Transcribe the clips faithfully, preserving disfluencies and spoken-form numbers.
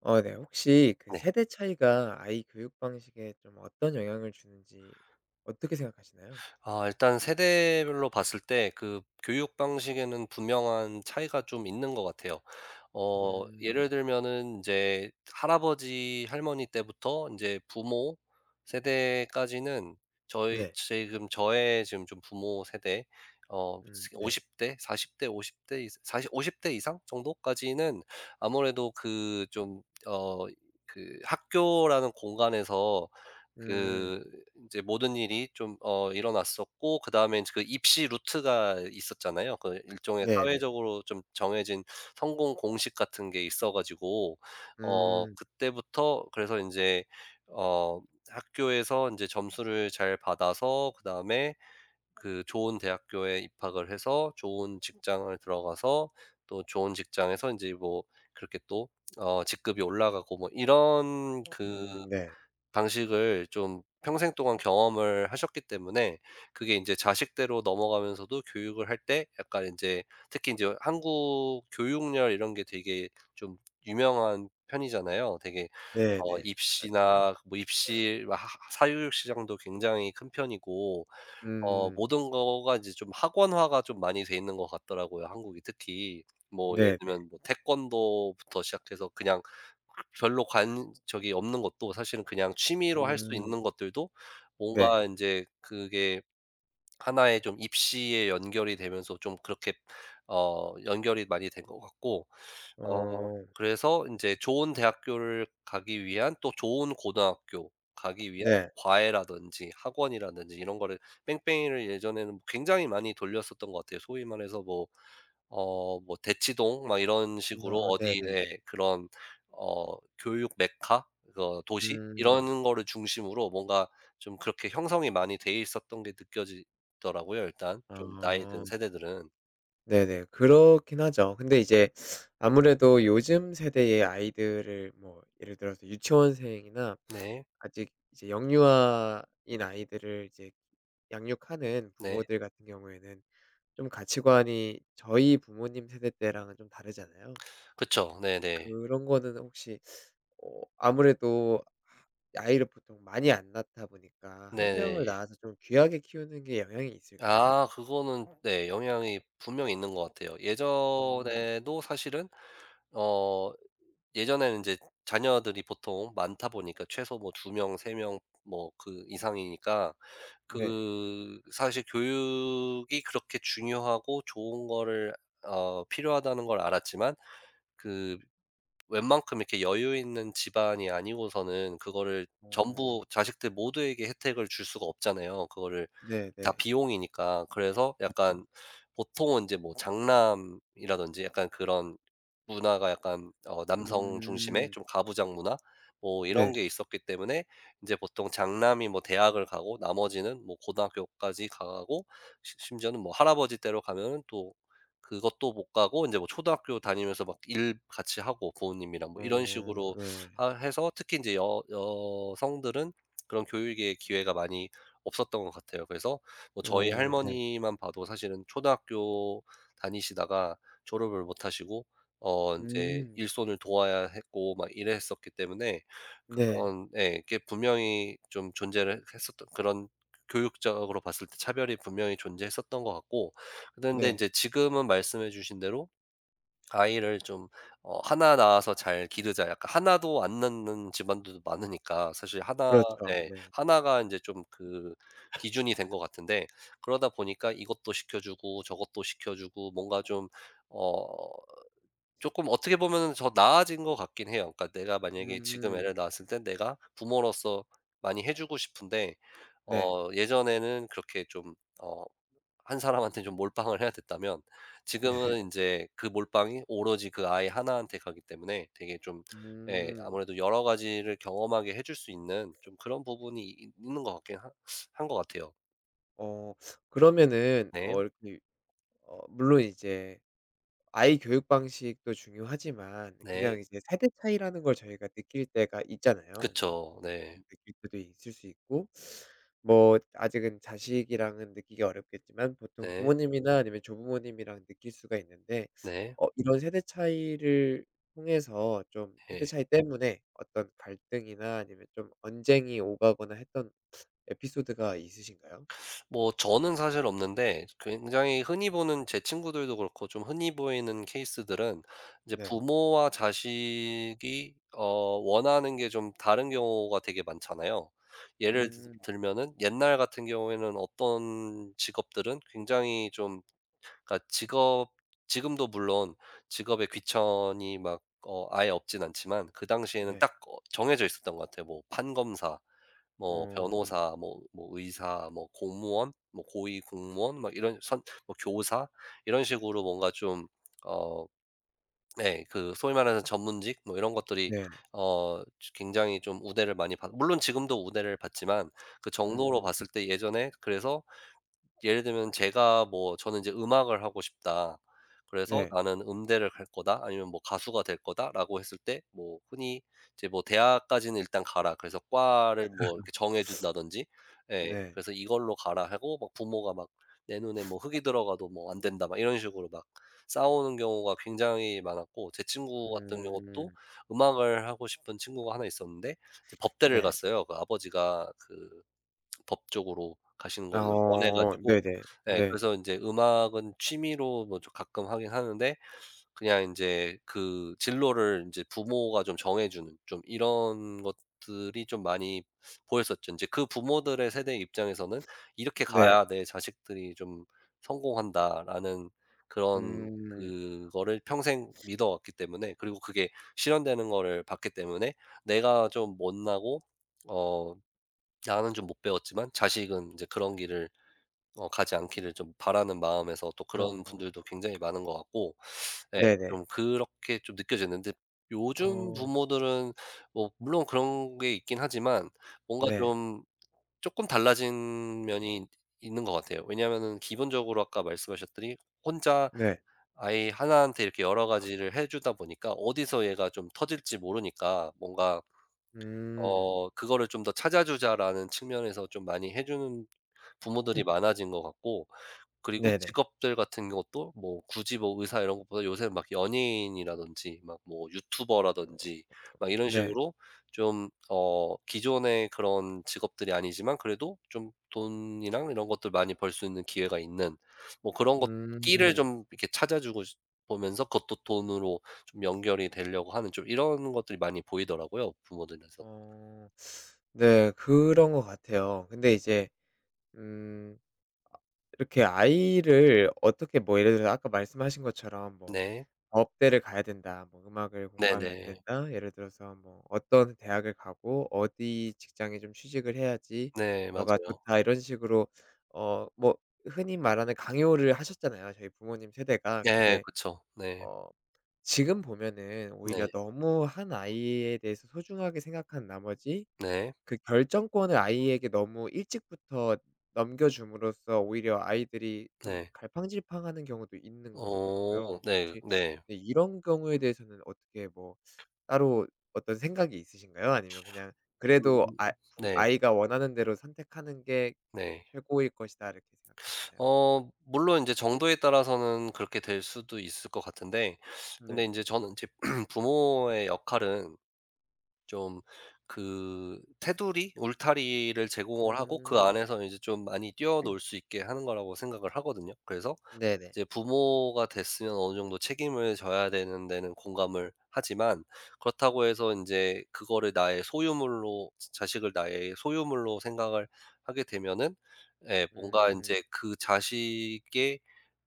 어 네. 혹시 그 네. 세대 차이가 아이 교육 방식에 좀 어떤 영향을 주는지 어떻게 생각하시나요? 아 일단 세대별로 봤을 때 그 교육 방식에는 분명한 차이가 좀 있는 것 같아요. 어 음. 예를 들면은 이제 할아버지 할머니 때부터 이제 부모 세대까지는 저희 네. 지금 저의 지금 좀 부모 세대 어음 네. 오십 대 사십 대 오십 대 이상 사십 오십 대 이상 정도까지는 아무래도 그 좀 어 그 학교라는 공간에서 음 그 이제 모든 일이 좀 어 일어났었고, 그다음에 인제 그 입시 루트가 있었잖아요. 그 일종의 네네. 사회적으로 좀 정해진 성공 공식 같은 게 있어 가지고 어 음. 그때부터, 그래서 인제 어 학교에서 인제 점수를 잘 받아서, 그다음에 그 좋은 대학교에 입학을 해서 좋은 직장을 들어가서, 또 좋은 직장에서 인제 뭐 그렇게 또 어 직급이 올라가고 뭐 이런 그 음 네. 방식을 좀 평생 동안 경험을 하셨기 때문에 그게 인제 자식대로 넘어가면서도 교육을 할 때 약간 인제 특히 인제 한국 교육열 이런 게 되게 좀 유명한 편이잖아요. 되게 어 네네. 그렇죠. 입시나 뭐 입시 막 하 사교육 시장도 굉장히 큰 편이고, 어 음. 모든 거가 이제 좀 학원화가 좀 많이 돼 있는 것 같더라고요, 한국이 특히. 뭐 예를 네네. 들면 뭐 태권도부터 시작해서 그냥 별로 관적이 없는 것도 사실은 그냥 취미로 할, 네, 수 음 있는 것들도 네. 뭔가 인제 그게 하나의 좀 입시에 연결이 되면서 좀 그렇게 어 연결이 많이 된 것 같고, 어 어 그래서 인제 좋은 대학교를 가기 위한, 또 좋은 고등학교 가기 위한 네. 뭐 과외라든지 학원이라든지 이런 거를 뺑뺑이를 예전에는 뭐 굉장히 많이 돌렸었던 것 같아요. 소위 말해서 뭐 어 뭐 대치동 막 이런 식으로 아 어디 에 네네네. 그런 어 교육 메카 그 도시 음. 이런 거를 중심으로 뭔가 좀 그렇게 형성이 많이 돼 있었던 게 느껴지더라고요, 일단 좀 나이 든 아 세대들은. 네네. 그렇긴 하죠. 근데 이제 아무래도 요즘 세대의 아이들을 뭐 예를 들어서 유치원생이나 네. 아직 이제 영유아인 아이들을 이제 양육하는 네. 부모들 같은 경우에는 좀 가치관이 저희 부모님 세대 때랑은 좀 다르잖아요. 그쵸. 네네. 그런 거는 혹시 어 아무래도 아이를 보통 많이 안 낳다 보니까 한 명을 네네. 낳아서 좀 귀하게 키우는 게 영향이 있을까요? 아 그거는 네, 영향이 분명히 있는 것 같아요. 음 예전에도 사실은 어 예전에는 이제 자녀들이 보통 많다 보니까 최소 뭐 두 명, 세 명 뭐 그 이상이니까 네. 그 사실 교육이 그렇게 중요하고 좋은 거를 어 필요하다는 걸 알았지만 그 웬만큼 이렇게 여유 있는 집안이 아니고서는 그거를 어 전부 자식들 모두에게 혜택을 줄 수가 없잖아요. 그거를 다 네네. 비용이니까. 그래서 약간 보통은 이제 뭐 장남이라든지 약간 그런 문화가 약간 어 남성 중심의 음 좀 가부장 문화 뭐 이런 네. 게 있었기 때문에 인제 보통 장남이 뭐 대학을 가고, 나머지는 뭐 고등학교까지 가고, 시 심지어는 뭐 할아버지 댁으로 가면은 또 그것도 못 가고 인제 뭐 초등학교 다니면서 막 일 같이 하고 부모님이랑 뭐 어 이런 식으로 네. 하 해서 특히 인제 여 여성들은 그런 교육의 기회가 많이 없었던 것 같아요. 그래서 뭐 저희 어 네. 할머니만 봐도 사실은 초등학교 다니시다가 졸업을 못 하시고 어 인제 음 일손을 도와야 했고 막 이랬었기 때문에 네. 그런 예 이게 분명히 좀 존재를 했었던 그런 교육적으로 봤을 때 차별이 분명히 존재했었던 것 같고, 그런데 네. 인제 지금은 말씀해 주신 대로 아이를 좀어나 낳아서 잘 기르자, 약간 나도 안 낳는 집안들도 많으니까 사실 하나, 그렇죠. 예 네. 나가 이제 좀 그 기준이 된 것 같은데 그러다 보니까 이것도 시켜 주고 저것도 시켜 주고 뭔가 좀 어 조금 어떻게 보면 더 나아진 것 같긴 해요. 그러니까 내가 만약에 지금 애를 음. 낳았을 때 내가 부모로서 많이 해 주고 싶은데 네. 어 예전에는 그렇게 좀어 한 사람한테 좀 몰빵을 해야 됐다면 네. 지금은 인제 그 몰빵이 오로지 그 아이 하나한테 가기 때문에 되게 좀 예 음. 아무래도 여러 가지를 경험하게 해줄 수 있는 좀 그런 부분이 있 있는 것 같긴 하 한 것 같아요. 어 그러면은 네. 어 이렇게 어 물론 이제 아이 교육 방식도 중요하지만 네. 그냥 이제 세대 차이라는 걸 저희가 느낄 때가 있잖아요. 뭐 그쵸. 네. 느낄 때도 있을 수 있고 뭐 아직은 자식이랑은 느끼기 어렵겠지만 보통 네. 부모님이나 아니면 조부모님이랑 느낄 수가 있는데 네. 어 이런 세대 차이를 통해서 좀 세대 예. 차이 때문에 어떤 갈등이나 아니면 좀 언쟁이 오가거나 했던 에피소드가 있으신가요? 뭐 저는 사실 없는데 굉장히 흔히 보는 제 친구들도 그렇고 좀 흔히 보이는 케이스들은 이제 네. 부모와 자식이 어 원하는 게 좀 다른 경우가 되게 많잖아요. 예를 드 음 들면은 옛날 같은 경우에는 어떤 직업들은 굉장히 좀 그러니까 직업, 지금도 물론 직업에 귀천이 막 어 아예 없진 않지만 그 당시에는 네. 딱 어 정해져 있었던 것 같아요. 뭐 판검사, 뭐 어 변호사, 뭐 뭐 의사, 뭐 공무원, 뭐 고위 공무원 막 이런 선, 뭐 교사 이런 식으로 뭔가 좀 어 네 그 소위 말하는 전문직 뭐 이런 것들이 네. 어 굉장히 좀 우대를 많이 받, 물론 지금도 우대를 받지만 그 정도로 음. 봤을 때 예전에, 그래서 예를 들면 제가 뭐 저는 이제 '음악을 하고 싶다. 그래서 네. 나는 음대를 갈 거다.' 아니면 뭐 '가수가 될 거다.'라고 했을 때 뭐 흔히 이제 뭐 "대학까지는 일단 가라." 그래서 과를 뭐 이렇게 정해 준다든지 예 네. 그래서 "이걸로 가라." 하고 막 부모가 막 "내 눈에 뭐 흙이 들어가도 뭐 안 된다." 막 이런 식으로 막 싸우는 경우가 굉장히 많았고, 제 친구 같은 경우도 음 음악을 하고 싶은 친구가 하나 있었는데 이제 법대를 네. 갔어요. 그 아버지가 그 법 쪽으로 가시는 아 거를 원해 어 가지고 네네. 예 네. 그래서 인제 음악은 취미로 뭐 좀 가끔 하긴 하는데 그냥 인제 그 진로를 인제 부모가 좀 정해 주는 좀 이런 것들이 좀 많이 보였었죠. 인제 그 부모들의 세대 입장에서는 '이렇게 네. 가야 내 자식들이 좀 성공한다.'라는 그런 음. 그거를 평생 믿어 왔기 때문에, 그리고 그게 실현되는 거를 봤기 때문에 내가 좀 못나고 어 나는 좀 못 배웠지만 자식은 이제 그런 길을 어 가지 않기를 좀 바라는 마음에서 또 어. 그런 분들도 굉장히 많은 것 같고, 예 네네. 좀 그렇게 좀 느껴지는데 요즘 어. 부모들은 뭐 물론 그런 게 있긴 하지만 뭔가 네. 좀 조금 달라진 면이 있는 것 같아요. 왜냐하면은 기본적으로 아까 말씀하셨더니 혼자 네. 아이 하나한테 이렇게 여러 가지를 해 주다 보니까 어디서 얘가 좀 터질지 모르니까 뭔가 음. 어 '그거를 좀 더 찾아 주자.'라는 측면에서 좀 많이 해 주는 부모들이 많아진 것 같고, 그리고 네네. 직업들 같은 것도 뭐 굳이 뭐 의사 이런 것보다 요새는 막 연예인이라든지 막 뭐 어. 유튜버라든지 막 이런 네. 식으로 좀 어 기존의 그런 직업들이 아니지만 그래도 좀 돈이랑 이런 것들 많이 벌 수 있는 기회가 있는 뭐 그런 것 끼를 음. 좀 이렇게 찾아 주고 시 보면서 그것도 돈으로 좀 연결이 되려고 하는 좀 이런 것들이 많이 보이더라고요, 부모들에서. 어. 네. 그런 것 같아요. 근데 이제 음 이렇게 아이를 어떻게 뭐 예를 들어서 아까 말씀하신 것처럼 뭐 네. 업대를 가야 된다. 뭐 음악을 공부하면 안 네네. 된다. 예를 들어서 뭐 어떤 대학을 가고 어디 직장에 좀 취직을 해야지 네 너가 맞아요. 좋다. 이런 식으로 어 뭐 흔히 말하는 강요를 하셨잖아요, 저희 부모님 세대가. 네 근데 그쵸. 네. 어 지금 보면은 오히려 네. 너무 한 아이에 대해서 소중하게 생각한 나머지 네. 그 결정권을 아이에게 너무 일찍부터 넘겨 줌으로써 오히려 아이들이 좀 네. 갈팡질팡하는 경우도 있는 것 어 같더라고요. 네. 혹시 네. 네 이런 경우에 대해서는 어떻게 뭐 따로 어떤 생각이 있으신가요? 아니면 그냥 음 그래도 아 부 네. 아이가 원하는 대로 선택하는 게 네. 최고일 것이다 이렇게 생각하시나요? 어 물론 인제 정도에 따라서는 그렇게 될 수도 있을 것 같은데 근데 네. 인제 저는 인제 부모의 역할은 좀 그 테두리, 울타리를 제공을 하고 그 음. 안에서 인제 좀 많이 뛰어놀 수 있게 하는 거라고 생각을 하거든요. 그래서 네네. 이제 부모가 됐으면 어느 정도 책임을 져야 되는 데는 공감을 하지만, 그렇다고 해서 이제 그거를 나의 소유물로 자식을 나의 소유물로 생각을 하게 되면은 예 뭔가 이 음. 제 그 자식의,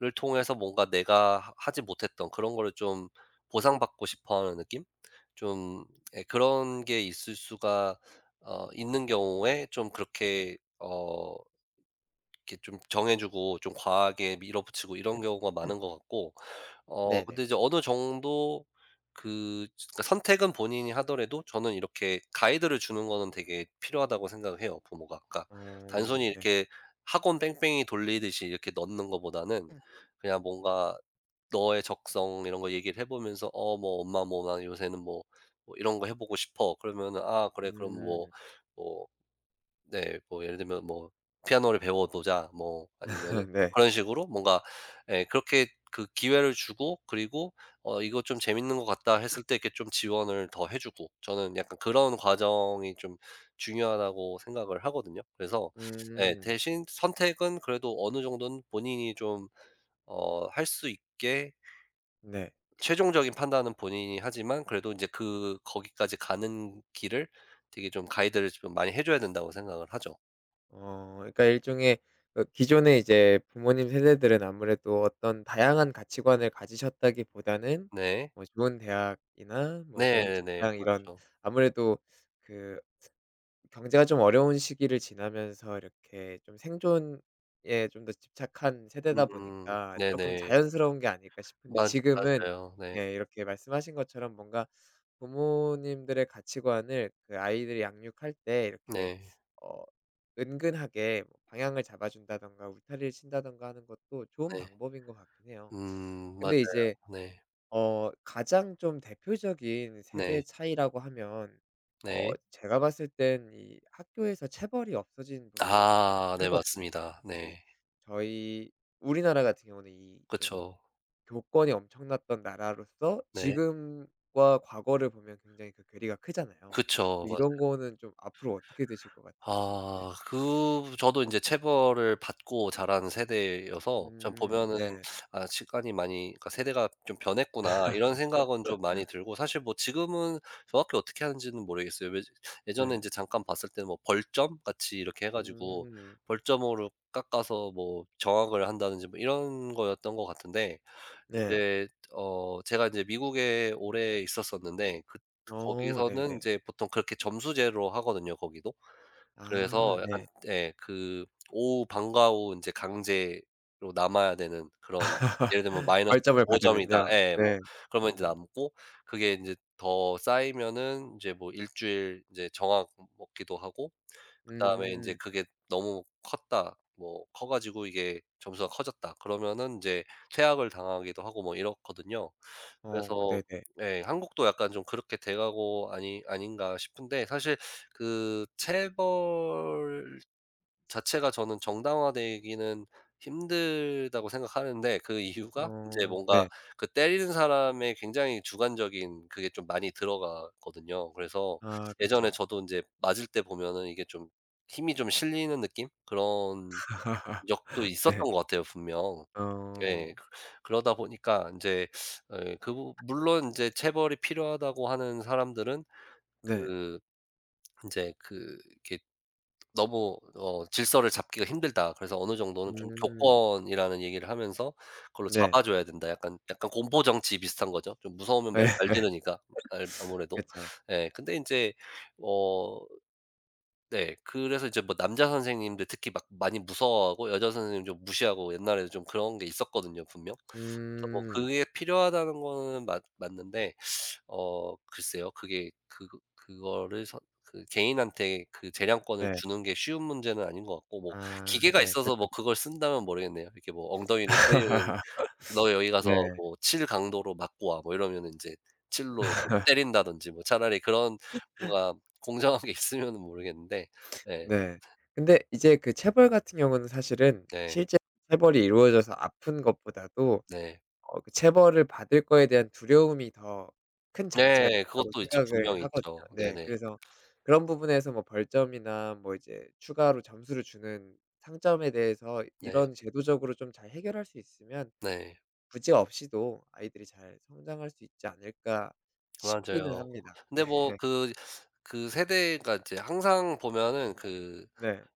를 통해서 뭔가 내가 하 하지 못했던 그런 거를 좀 보상받고 싶어 하는 느낌? 좀 예 그런 게 있을 수가 어 있는 경우에 좀 그렇게 어 이렇게 좀 정해 주고 좀 과하게 밀어붙이고 이런 경우가 많은 것 같고, 어 네네. 근데 이제 어느 정도 그, 그러니까 선택은 본인이 하더라도 저는 이렇게 가이드를 주는 거는 되게 필요하다고 생각을 해요, 부모가. 그러니까 어 단순히 네. 이렇게 학원 뺑뺑이 돌리듯이 이렇게 넣는 것보다는 그냥 뭔가 너의 적성 이런 거 얘기를 해 보면서 "어 뭐 엄마 뭐나 요새는 뭐 뭐 이런 거 해 보고 싶어." 그러면은 "아 그래 그럼 뭐 음. 뭐 네. 뭐 예를 들면 뭐 피아노를 배워 보자." 뭐 아니면은 네. 그런 식으로 뭔가 예 그렇게 그 기회를 주고, 그리고 어 "이거 좀 재밌는 것 같다." 했을 때 이렇게 좀 지원을 더 해 주고, 저는 약간 그런 과정이 좀 중요하다고 생각을 하거든요. 그래서 예 음. 대신 선택은 그래도 어느 정도는 본인이 좀 어 할 수 있게, 네. 최종적인 판단은 본인이 하지만 그래도 이제 그 거기까지 가는 길을 되게 좀 가이드를 좀 많이 해 줘야 된다고 생각을 하죠. 어 그러니까 일종의 그 기존에 이제 부모님 세대들은 아무래도 어떤 다양한 가치관을 가지셨다기보다는 네. 뭐 좋은 대학이나 뭐 좋은 네네네. 직장 이런 맞죠. 아무래도 그 경제가 좀 어려운 시기를 지나면서 이렇게 좀 생존에 좀 더 집착한 세대다 음음. 보니까 조금 네네. 자연스러운 게 아닐까 싶은데 맞 지금은 맞아요. 네. 예 이렇게 말씀하신 것처럼 뭔가 부모님들의 가치관을 그 아이들이 양육할 때 이렇게 네. 어 은근하게 뭐 방향을 잡아 준다든가 울타리를 친다든가 하는 것도 좋은 네. 방법인 것 같긴 해요. 음 맞아요. 근데 이제 네. 어 가장 좀 대표적인 세대 네. 차이라고 하면 어 네. 제가 봤을 땐 이 학교에서 체벌이 없어진 부분 아 같긴 네 하거든요. 맞습니다. 그래서 이제 네. 저희 우리나라 같은 경우는 이 좀 그쵸. 교권이 엄청났던 나라로서 네. 지금과 과거를 보면 굉장히 그 괴리가 크잖아요. 그쵸. 맞아 이런 거는 좀 앞으로 어떻게 되실 것 같은지. 네. 아 그 저도 인제 체벌을 받고 자란 세대여서 참 음 보면은 네. 아 시간이 많이, 그러니까 '세대가 좀 변했구나.' 이런 생각은 좀 많이 들고, 사실 뭐 지금은 정확히 어떻게 하는지는 모르겠어요. 왜 예전에 네. 인제 잠깐 봤을 때는 뭐 벌점 같이 이렇게 해 가지고 음. 벌점으로 깎아서 뭐 정학을 한다든지 뭐 이런 거였던 것 같은데 네. 인제 어 제가 인제 미국에 오래 있었었는데 그 어 거기서는 네네. 인제 보통 그렇게 점수제로 하거든요, 거기도. 그래서 아 약간 네. 예 그 오후 방과 후 인제 강제로 남아야 되는 그런, 예를 들면 뭐 마이너스 벌점을 오 점이다. 받으면요. 예 뭐 네. 그러면 인제 음. 남고, 그게 인제 더 쌓이면은 인제 뭐 일 주일 인제 정학 먹기도 하고, 그다음에 인제 음. 그게 너무 컸다. 뭐 커 가지고 이게 점수가 커졌다. 그러면은 인제 퇴학을 당하기도 하고 뭐 이렇거든요. 어 그래서 네네. 예 한국도 약간 좀 그렇게 돼 가고 아니 아닌가 싶은데 사실 그 체벌 자체가 저는 정당화되기는 힘들다고 생각하는데, 그 이유가 이제 어 뭔가 네. 그 때리는 사람의 굉장히 주관적인 그게 좀 많이 들어가거든요. 그래서 아 예전에 그렇죠. 저도 이제 맞을 때 보면은 이게 좀 힘이 좀 실리는 느낌? 그런 적도 있었던 네. 것 같아요 분명. 어 네. 그 그러다 보니까 이제그부 물론 이제 체벌이 필요하다고 하는 사람들은 네. 그 이제 그 이렇게 너무 어 질서를 잡기가 힘들다. 그래서 어느 정도는 좀 음. 교권이라는 얘기를 하면서 그걸로 잡아 네. 줘야 된다. 약간 약간 공포 정치 비슷한 거죠. 좀 무서우면 네, 말 잘 들으니까 알 아무래도. 그죠. 예. 근데 이제어 네. 그래서 이제 뭐 남자 선생님들 특히 막 많이 무서워하고, 여자 선생님 좀 무시하고, 옛날에 좀 그런 게 있었거든요 분명. 그래서 뭐 음. 그게 필요하다는 거는 맞 맞는데 어 글쎄요. 그게 그 그거를 선 그 개인한테 그 재량권을 네. 주는 게 쉬운 문제는 아닌 것 같고, 뭐 아 기계가 네. 그 있어서 뭐 그걸 쓴다면 모르겠네요. 이렇게 뭐 엉덩이를 때리는 "너 여기 네. 가서 뭐 칠 강도로 맞고 와." 뭐 이러면은 인제 칠로 뭐 때린다든지 뭐 차라리 그런 뭔가 공정한 게 있으면은 모르겠는데 예. 네. 근데 이제 그 체벌 같은 경우는 사실은 네. 실제 체벌이 이루어져서 아픈 것보다도 네. 어 그 체벌을 받을 거에 대한 두려움이 더 큰 장치가 네. 된다고 그것도 있죠. 생각을 분명히 하거든요. 있죠. 네. 네네. 그래서 그런 부분에서 뭐 벌점이나 뭐 이제 추가로 점수를 주는 상점에 대해서 네. 이런 제도적으로 좀 잘 해결할 수 있으면 네. 부재 없이도 아이들이 잘 성장할 수 있지 않을까 싶기는 맞아요. 합니다. 근데 네. 뭐그 그 세대가 이제 항상 보면은 그 네.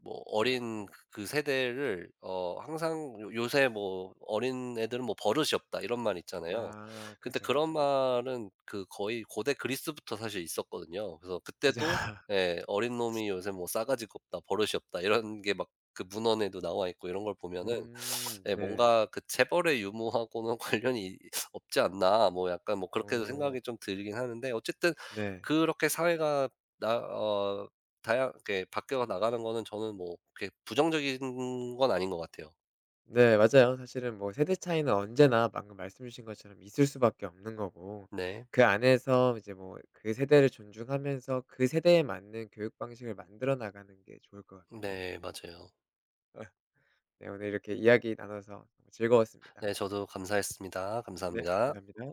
뭐 어린 그 세대를 어 항상 요 요새 뭐 "어린 애들은 뭐 버릇이 없다." 이런 말 있잖아요. 아 근데 그렇죠, 그런 그렇죠. 말은 그 거의 고대 그리스부터 사실 있었거든요. 그래서 그죠. 그때도 예 "어린 놈이 요새 뭐 싸가지가 없다. 버릇이 없다." 이런 게 막 그 문헌에도 나와 있고. 이런 걸 보면은 음 예, 네. '뭔가 그 재벌의 유무하고는 관련이 없지 않나.' 뭐 약간 뭐 그렇게도 어 생각이 좀 들긴 하는데 어쨌든 네. 그렇게 사회가 나 어 다양 이렇게 바뀌어 나가는 거는 저는 뭐 그렇게 부정적인 건 아닌 것 같아요. 네 맞아요. 사실은 뭐 세대 차이는 언제나 방금 말씀 주신 것처럼 있을 수밖에 없는 거고 네. 그 안에서 이제 뭐 그 세대를 존중하면서 그 세대에 맞는 교육 방식을 만들어 나가는 게 좋을 것 같긴 합니다. 네, 맞아요. 네 오늘 이렇게 이야기 나눠서 즐거웠습니다. 네, 저도 감사했습니다. 네 감사합니다. 감사합니다.